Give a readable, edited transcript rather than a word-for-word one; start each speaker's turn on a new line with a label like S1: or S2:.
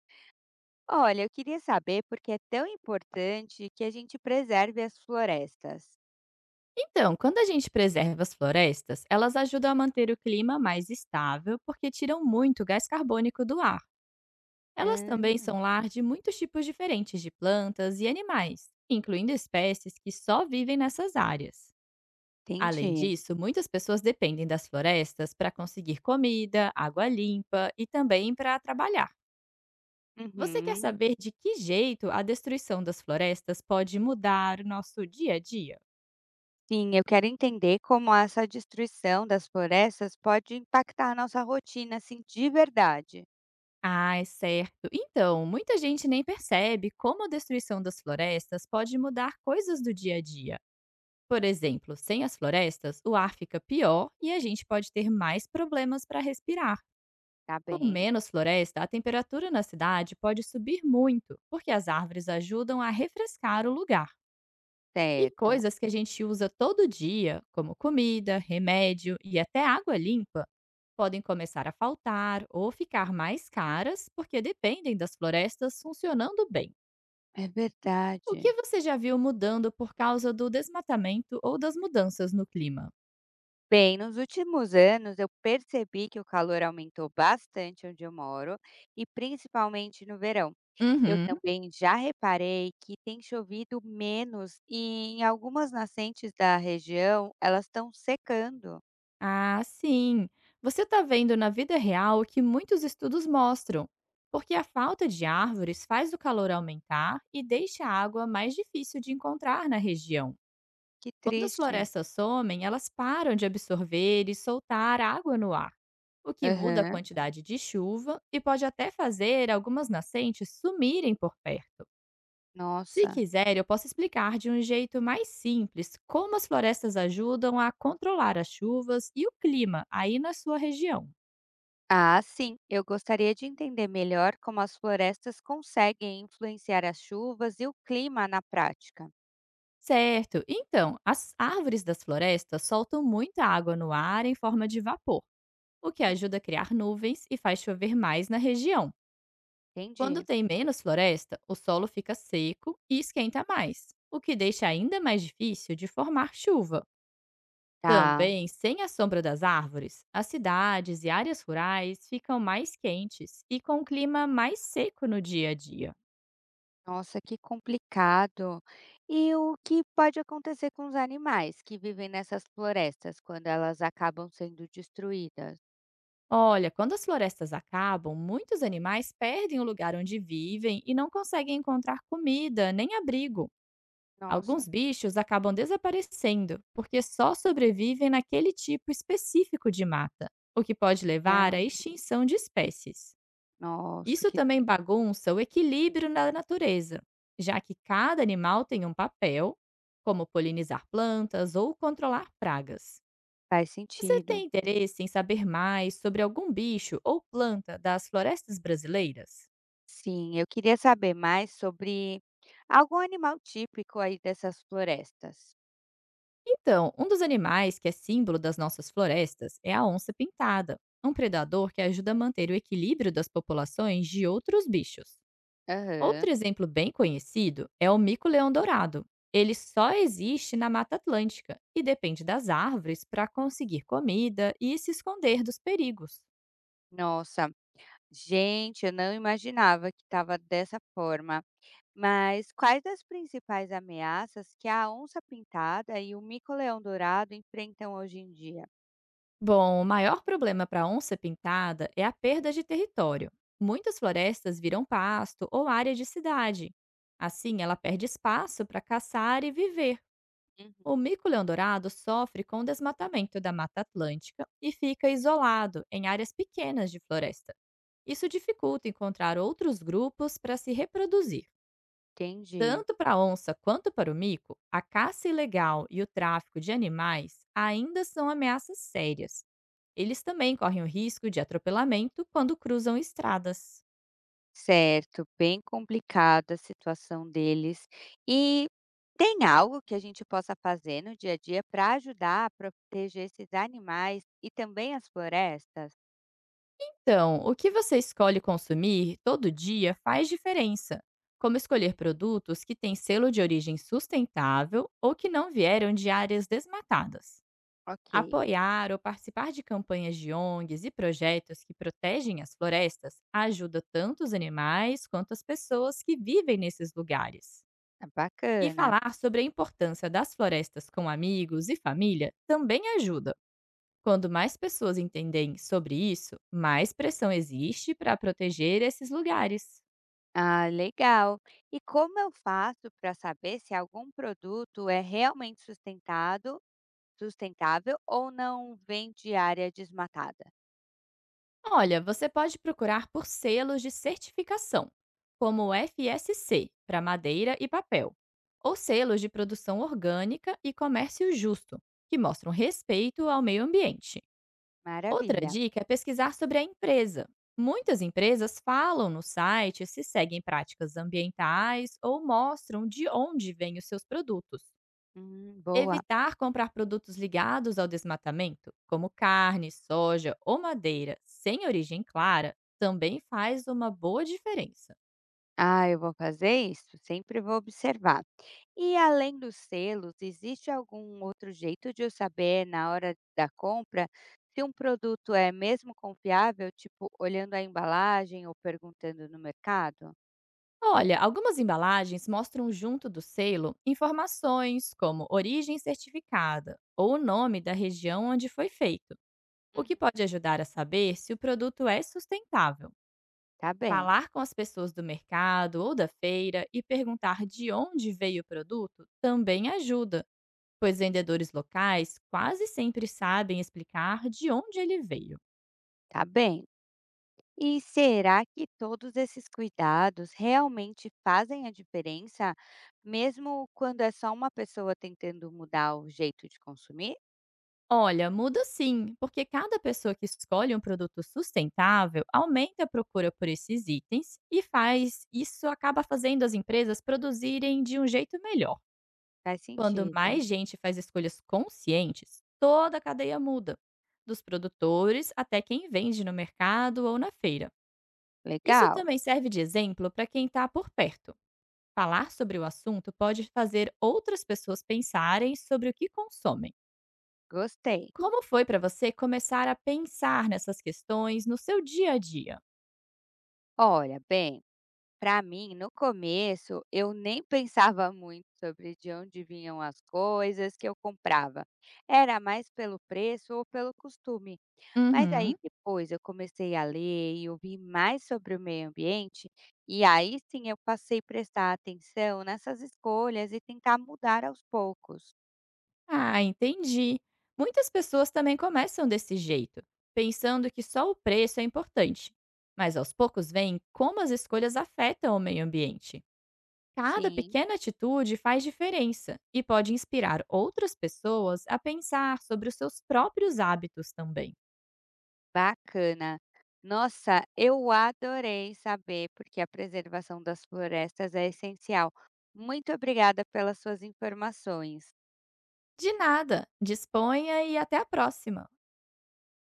S1: Olha, eu queria saber porque é tão importante que a gente preserve as florestas.
S2: Então, quando a gente preserva as florestas, elas ajudam a manter o clima mais estável porque tiram muito gás carbônico do ar. Elas também
S1: Ah,
S2: são lar de muitos tipos diferentes de plantas e animais, incluindo espécies que só vivem nessas áreas. Além
S1: entendi.
S2: disso, muitas pessoas dependem das florestas para conseguir comida, água limpa e também para trabalhar. Você quer
S1: Uhum.
S2: saber de que jeito a destruição das florestas pode mudar o nosso dia a dia?
S1: Sim, eu quero entender como essa destruição das florestas pode impactar a nossa rotina, assim, de verdade.
S2: Ah, é certo. Então, muita gente nem percebe como a destruição das florestas pode mudar coisas do dia a dia. Por exemplo, sem as florestas, o ar fica pior e a gente pode ter mais problemas para respirar.
S1: Tá
S2: Com
S1: bem?
S2: menos floresta, a temperatura na cidade pode subir muito, porque as árvores ajudam a refrescar o lugar. E
S1: Certo.
S2: coisas que a gente usa todo dia, como comida, remédio e até água limpa, podem começar a faltar ou ficar mais caras porque dependem das florestas funcionando bem.
S1: É
S2: O
S1: verdade.
S2: que você já viu mudando por causa do desmatamento ou das mudanças no clima?
S1: Bem, nos últimos anos eu percebi que o calor aumentou bastante onde eu moro e principalmente no verão. Eu
S2: Uhum.
S1: também já reparei que tem chovido menos e em algumas nascentes da região elas estão secando.
S2: Ah, sim. Você está vendo na vida real o que muitos estudos mostram, porque a falta de árvores faz o calor aumentar e deixa a água mais difícil de encontrar na região.
S1: Que
S2: Quando as
S1: triste.
S2: florestas somem, elas param de absorver e soltar água no ar, o que muda a
S1: Aham,
S2: quantidade de chuva e pode até fazer algumas nascentes sumirem por perto. Se
S1: nossa.
S2: quiser, eu posso explicar de um jeito mais simples como as florestas ajudam a controlar as chuvas e o clima aí na sua região.
S1: Ah, sim, eu gostaria de entender melhor como as florestas conseguem influenciar as chuvas e o clima na prática.
S2: Certo, então, as árvores das florestas soltam muita água no ar em forma de vapor, o que
S1: Hum,
S2: ajuda a criar nuvens e faz chover mais na região. Quando
S1: Entendi.
S2: tem menos floresta, o solo fica seco e esquenta mais, o que deixa ainda mais difícil de formar chuva.
S1: Tá.
S2: Também, sem a sombra das árvores, as cidades e áreas rurais ficam mais quentes e com um clima mais seco no dia a dia.
S1: Nossa, que complicado. E o que pode acontecer com os animais que vivem nessas florestas quando elas acabam sendo destruídas?
S2: Olha, quando as florestas acabam, muitos animais perdem o lugar onde vivem e não conseguem encontrar comida nem abrigo.
S1: Nossa,
S2: Alguns bichos acabam desaparecendo, porque só sobrevivem naquele tipo específico de mata, o que pode
S1: é,
S2: levar à extinção de espécies.
S1: nossa,
S2: Isso
S1: que
S2: também bagunça o equilíbrio na natureza, já que cada animal tem um papel, como polinizar plantas ou controlar pragas.
S1: faz
S2: Você
S1: sentido.
S2: tem interesse em saber mais sobre algum bicho ou planta das florestas brasileiras?
S1: Sim, eu queria saber mais sobre algum animal típico aí dessas florestas.
S2: Então, um dos animais que é símbolo das nossas florestas é a onça pintada, um predador que ajuda a manter o equilíbrio das populações de outros bichos.
S1: Aham.
S2: Outro exemplo bem conhecido é o mico-leão dourado. Ele só existe na Mata Atlântica e depende das árvores para conseguir comida e se esconder dos perigos.
S1: Nossa, gente, eu não imaginava que estava dessa forma. Mas quais as principais ameaças que a onça-pintada e o mico-leão-dourado enfrentam hoje em dia?
S2: Bom, o maior problema para onça pintada é a perda de território. Muitas florestas viram pasto ou área de cidade. Assim, ela perde espaço para caçar e viver.
S1: Uhum.
S2: O mico-leão-dourado sofre com o desmatamento da Mata Atlântica e fica isolado em áreas pequenas de floresta. Isso dificulta encontrar outros grupos para se reproduzir.
S1: Entendi.
S2: Tanto para a onça quanto para o mico, a caça ilegal e o tráfico de animais ainda são ameaças sérias. Eles também correm o risco de atropelamento quando cruzam estradas.
S1: Certo, bem complicada a situação deles. E tem algo que a gente possa fazer no dia a dia para ajudar a proteger esses animais e também as florestas?
S2: Então, o que você escolhe consumir todo dia faz diferença, como escolher produtos que têm selo de origem sustentável ou que não vieram de áreas desmatadas.
S1: Ok,
S2: Apoiar ou participar de campanhas de ONGs e projetos que protegem as florestas ajuda tanto os animais quanto as pessoas que vivem nesses lugares.
S1: tá
S2: E
S1: bacana.
S2: falar sobre a importância das florestas com amigos e família também ajuda. Quando mais pessoas entendem sobre isso, mais pressão existe para proteger esses lugares.
S1: Ah, legal. E como eu faço para saber se algum produto é realmente sustentado? Sustentável ou não vem de área desmatada?
S2: Olha, você pode procurar por selos de certificação, como o FSC, para madeira e papel, ou selos de produção orgânica e comércio justo, que mostram respeito ao meio ambiente. Outra
S1: Maravilha.
S2: dica é pesquisar sobre a empresa. Muitas empresas falam no site se seguem práticas ambientais ou mostram de onde vêm os seus produtos.
S1: Boa.
S2: Evitar comprar produtos ligados ao desmatamento, como carne, soja ou madeira sem origem clara, também faz uma boa diferença.
S1: Ah, eu vou fazer isso, sempre vou observar. E além dos selos, existe algum outro jeito de eu saber na hora da compra se um produto é mesmo confiável, tipo olhando a embalagem ou perguntando no mercado?
S2: Olha, algumas embalagens mostram junto do selo informações como origem certificada ou o nome da região onde foi feito, o
S1: Uhum.
S2: que pode ajudar a saber se o produto é sustentável.
S1: Tá bem,
S2: Falar com as pessoas do mercado ou da feira e perguntar de onde veio o produto também ajuda pois vendedores locais quase sempre sabem explicar de onde ele veio.
S1: tá bem. E será que todos esses cuidados realmente fazem a diferença, mesmo quando é só uma pessoa tentando mudar o jeito de consumir?
S2: Olha, muda sim, porque cada pessoa que escolhe um produto sustentável aumenta a procura por esses itens e faz isso acaba fazendo as empresas produzirem de um jeito melhor.
S1: Faz
S2: Quando
S1: sentido.
S2: mais gente faz escolhas conscientes, toda a cadeia muda, dos produtores até quem vende no mercado ou na feira. Isso
S1: Legal,
S2: também serve de exemplo para quem está por perto. Falar sobre o assunto pode fazer outras pessoas pensarem sobre o que consomem.
S1: gostei.
S2: Como foi para você começar a pensar nessas questões no seu dia a dia?
S1: Olha, bem, para mim, no começo, eu nem pensava muito sobre de onde vinham as coisas que eu comprava. Era mais pelo preço ou pelo costume. Mas aí
S2: Uhum.
S1: depois eu comecei a ler e ouvir mais sobre o meio ambiente, e aí sim eu passei a prestar atenção nessas escolhas e tentar mudar aos poucos.
S2: Ah, entendi. Muitas pessoas também começam desse jeito, pensando que só o preço é importante. Mas aos poucos veem como as escolhas afetam o meio ambiente. Cada
S1: Sim.
S2: pequena atitude faz diferença e pode inspirar outras pessoas a pensar sobre os seus próprios hábitos também.
S1: Bacana. Nossa, eu adorei saber porque a preservação das florestas é essencial. Muito obrigada pelas suas informações.
S2: De nada, disponha e até a próxima.